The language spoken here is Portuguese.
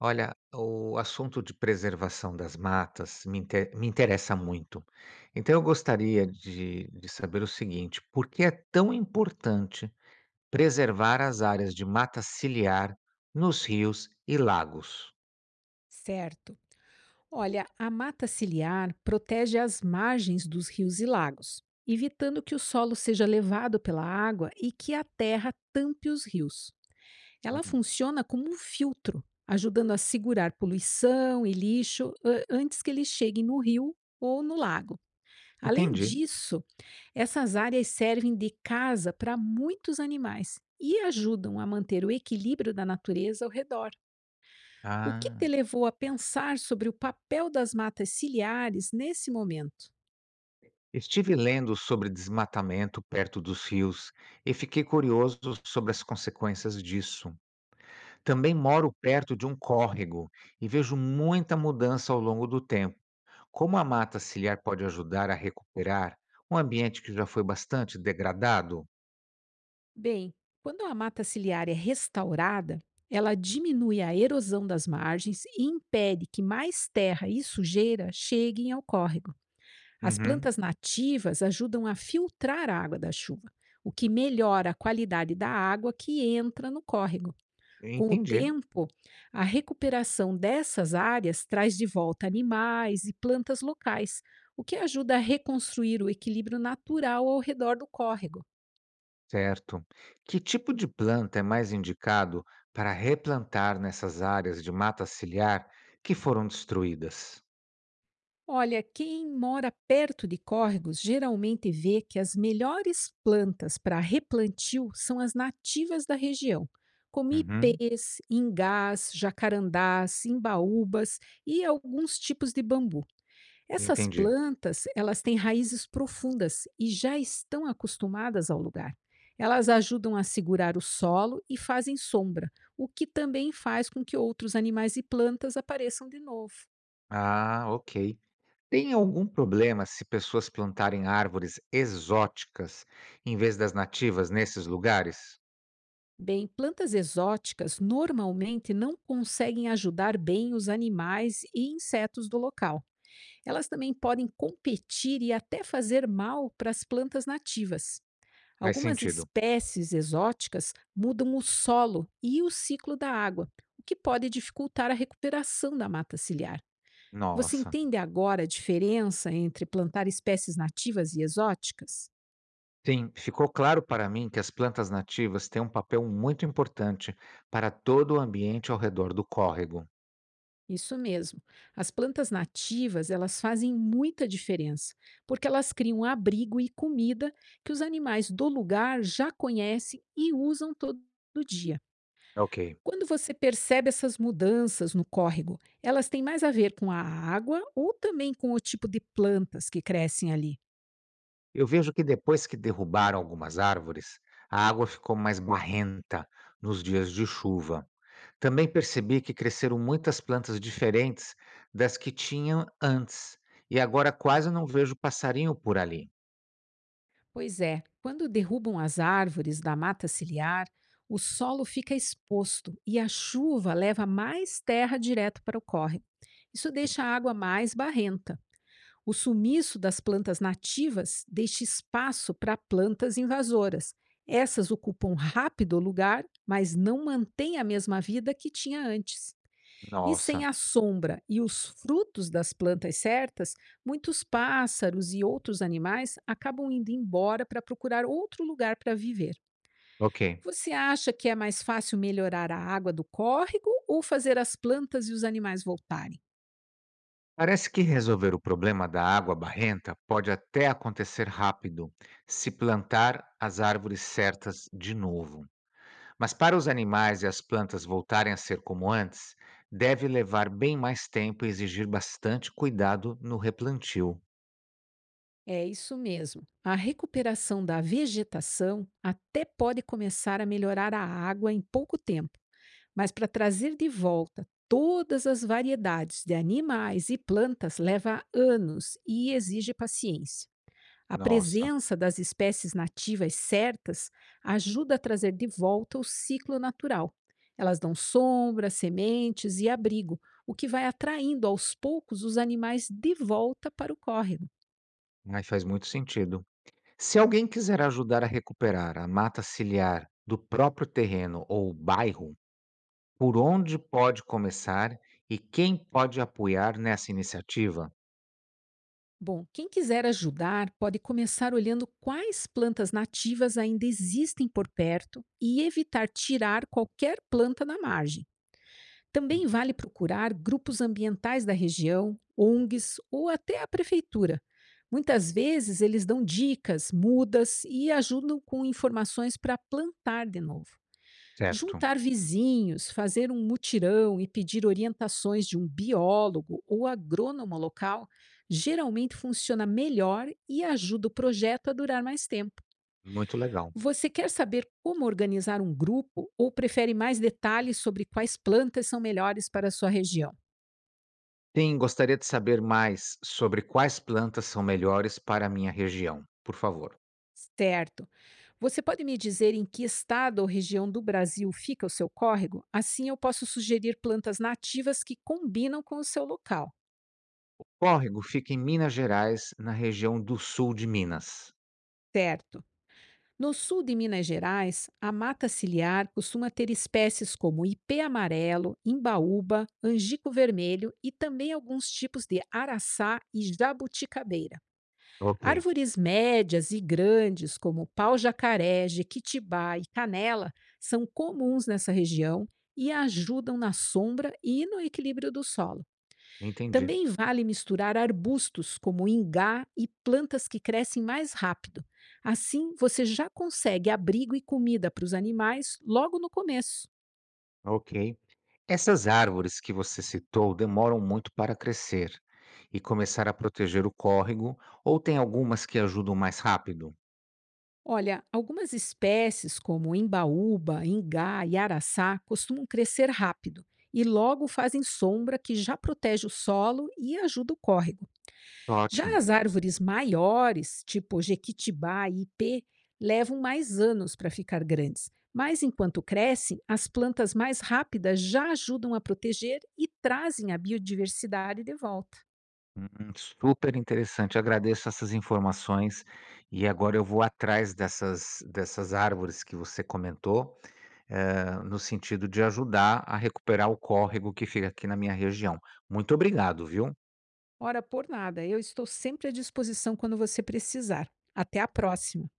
Olha, o assunto de preservação das matas me interessa muito. Então, eu gostaria de saber o seguinte: por que é tão importante preservar as áreas de mata ciliar nos rios e lagos? Certo. Olha, a mata ciliar protege as margens dos rios e lagos, evitando que o solo seja levado pela água e que a terra tampe os rios. Ela Hum, funciona como um filtro, ajudando a segurar poluição e lixo antes que eles cheguem no rio ou no lago. Além entendi. disso, essas áreas servem de casa para muitos animais e ajudam a manter o equilíbrio da natureza ao redor. O que te Ah, levou a pensar sobre o papel das matas ciliares nesse momento? estive lendo sobre desmatamento perto dos rios e fiquei curioso sobre as consequências disso. Também moro perto de um córrego e vejo muita mudança ao longo do tempo. Como a mata ciliar pode ajudar a recuperar um ambiente que já foi bastante degradado? Bem, quando a mata ciliar é restaurada, ela diminui a erosão das margens e impede que mais terra e sujeira cheguem ao córrego. As Uhum. plantas nativas ajudam a filtrar a água da chuva, o que melhora a qualidade da água que entra no córrego. Com o Entendi, tempo, a recuperação dessas áreas traz de volta animais e plantas locais, o que ajuda a reconstruir o equilíbrio natural ao redor do córrego. certo. Que tipo de planta é mais indicado para replantar nessas áreas de mata ciliar que foram destruídas? Olha, quem mora perto de córregos geralmente vê que as melhores plantas para replantio são as nativas da região, como Uhum. ipês, ingás, jacarandás, imbaúbas e alguns tipos de bambu. Essas Entendi. plantas, elas têm raízes profundas e já estão acostumadas ao lugar. Elas ajudam a segurar o solo e fazem sombra, o que também faz com que outros animais e plantas apareçam de novo. Ah, ok. Tem algum problema se pessoas plantarem árvores exóticas em vez das nativas nesses lugares? Bem, plantas exóticas normalmente não conseguem ajudar bem os animais e insetos do local. Elas também podem competir e até fazer mal para as plantas nativas. Faz Algumas sentido. espécies exóticas mudam o solo e o ciclo da água, o que pode dificultar a recuperação da mata ciliar. Você Nossa. entende agora a diferença entre plantar espécies nativas e exóticas? Sim, ficou claro para mim que as plantas nativas têm um papel muito importante para todo o ambiente ao redor do córrego. Isso mesmo. As plantas nativas, elas fazem muita diferença, porque elas criam abrigo e comida que os animais do lugar já conhecem e usam todo dia. Ok. Quando você percebe essas mudanças no córrego, elas têm mais a ver com a água ou também com o tipo de plantas que crescem ali? Eu vejo que depois que derrubaram algumas árvores, a água ficou mais barrenta nos dias de chuva. Também percebi que cresceram muitas plantas diferentes das que tinham antes, e agora quase não vejo passarinho por ali. Pois é, quando derrubam as árvores da mata ciliar, o solo fica exposto e a chuva leva mais terra direto para o córrego. Isso deixa a água mais barrenta. O sumiço das plantas nativas deixa espaço para plantas invasoras. Essas ocupam rápido o lugar, mas não mantêm a mesma vida que tinha antes. E sem Nossa, a sombra e os frutos das plantas certas, muitos pássaros e outros animais acabam indo embora para procurar outro lugar para viver. ok. Você acha que é mais fácil melhorar a água do córrego ou fazer as plantas e os animais voltarem? Parece que resolver o problema da água barrenta pode até acontecer rápido, se plantar as árvores certas de novo. Mas para os animais e as plantas voltarem a ser como antes, deve levar bem mais tempo e exigir bastante cuidado no replantio. É isso mesmo. A recuperação da vegetação até pode começar a melhorar a água em pouco tempo. Mas para trazer de volta todas as variedades de animais e plantas leva anos e exige paciência. A Nossa, presença das espécies nativas certas ajuda a trazer de volta o ciclo natural. Elas dão sombra, sementes e abrigo, o que vai atraindo aos poucos os animais de volta para o córrego. aí faz muito sentido. Se alguém quiser ajudar a recuperar a mata ciliar do próprio terreno ou bairro, por onde pode começar e quem pode apoiar nessa iniciativa? Bom, quem quiser ajudar pode começar olhando quais plantas nativas ainda existem por perto e evitar tirar qualquer planta da margem. Também vale procurar grupos ambientais da região, ONGs ou até a prefeitura. Muitas vezes eles dão dicas, mudas e ajudam com informações para plantar de novo. Certo, Juntar vizinhos, fazer um mutirão e pedir orientações de um biólogo ou agrônomo local geralmente funciona melhor e ajuda o projeto a durar mais tempo. muito legal. Você quer saber como organizar um grupo ou prefere mais detalhes sobre quais plantas são melhores para a sua região? Sim, gostaria de saber mais sobre quais plantas são melhores para a minha região, por favor. Certo. Você pode me dizer em que estado ou região do Brasil fica o seu córrego? Assim eu posso sugerir plantas nativas que combinam com o seu local. Córrego fica em Minas Gerais, na região do sul de Minas. Certo. No sul de Minas Gerais, a mata ciliar costuma ter espécies como ipê amarelo, imbaúba, angico vermelho e também alguns tipos de araçá e jabuticabeira. Ok, Árvores médias e grandes, como pau-jacaré, jequitibá e canela, são comuns nessa região e ajudam na sombra e no equilíbrio do solo. entendi. Também vale misturar arbustos como ingá e plantas que crescem mais rápido. Assim, você já consegue abrigo e comida para os animais logo no começo. Ok. Essas árvores que você citou demoram muito para crescer e começar a proteger o córrego, ou tem algumas que ajudam mais rápido? Olha, algumas espécies como embaúba, ingá e araçá costumam crescer rápido e logo fazem sombra que já protege o solo e ajuda o córrego. Já Ótimo. as árvores maiores, tipo jequitibá e ipê, levam mais anos para ficar grandes. Mas enquanto crescem, as plantas mais rápidas já ajudam a proteger e trazem a biodiversidade de volta. Super interessante. Agradeço essas informações e agora eu vou atrás dessas árvores que você comentou, no sentido de ajudar a recuperar o córrego que fica aqui na minha região. Muito obrigado, viu? Ora, por nada, eu estou sempre à disposição quando você precisar. Até a próxima!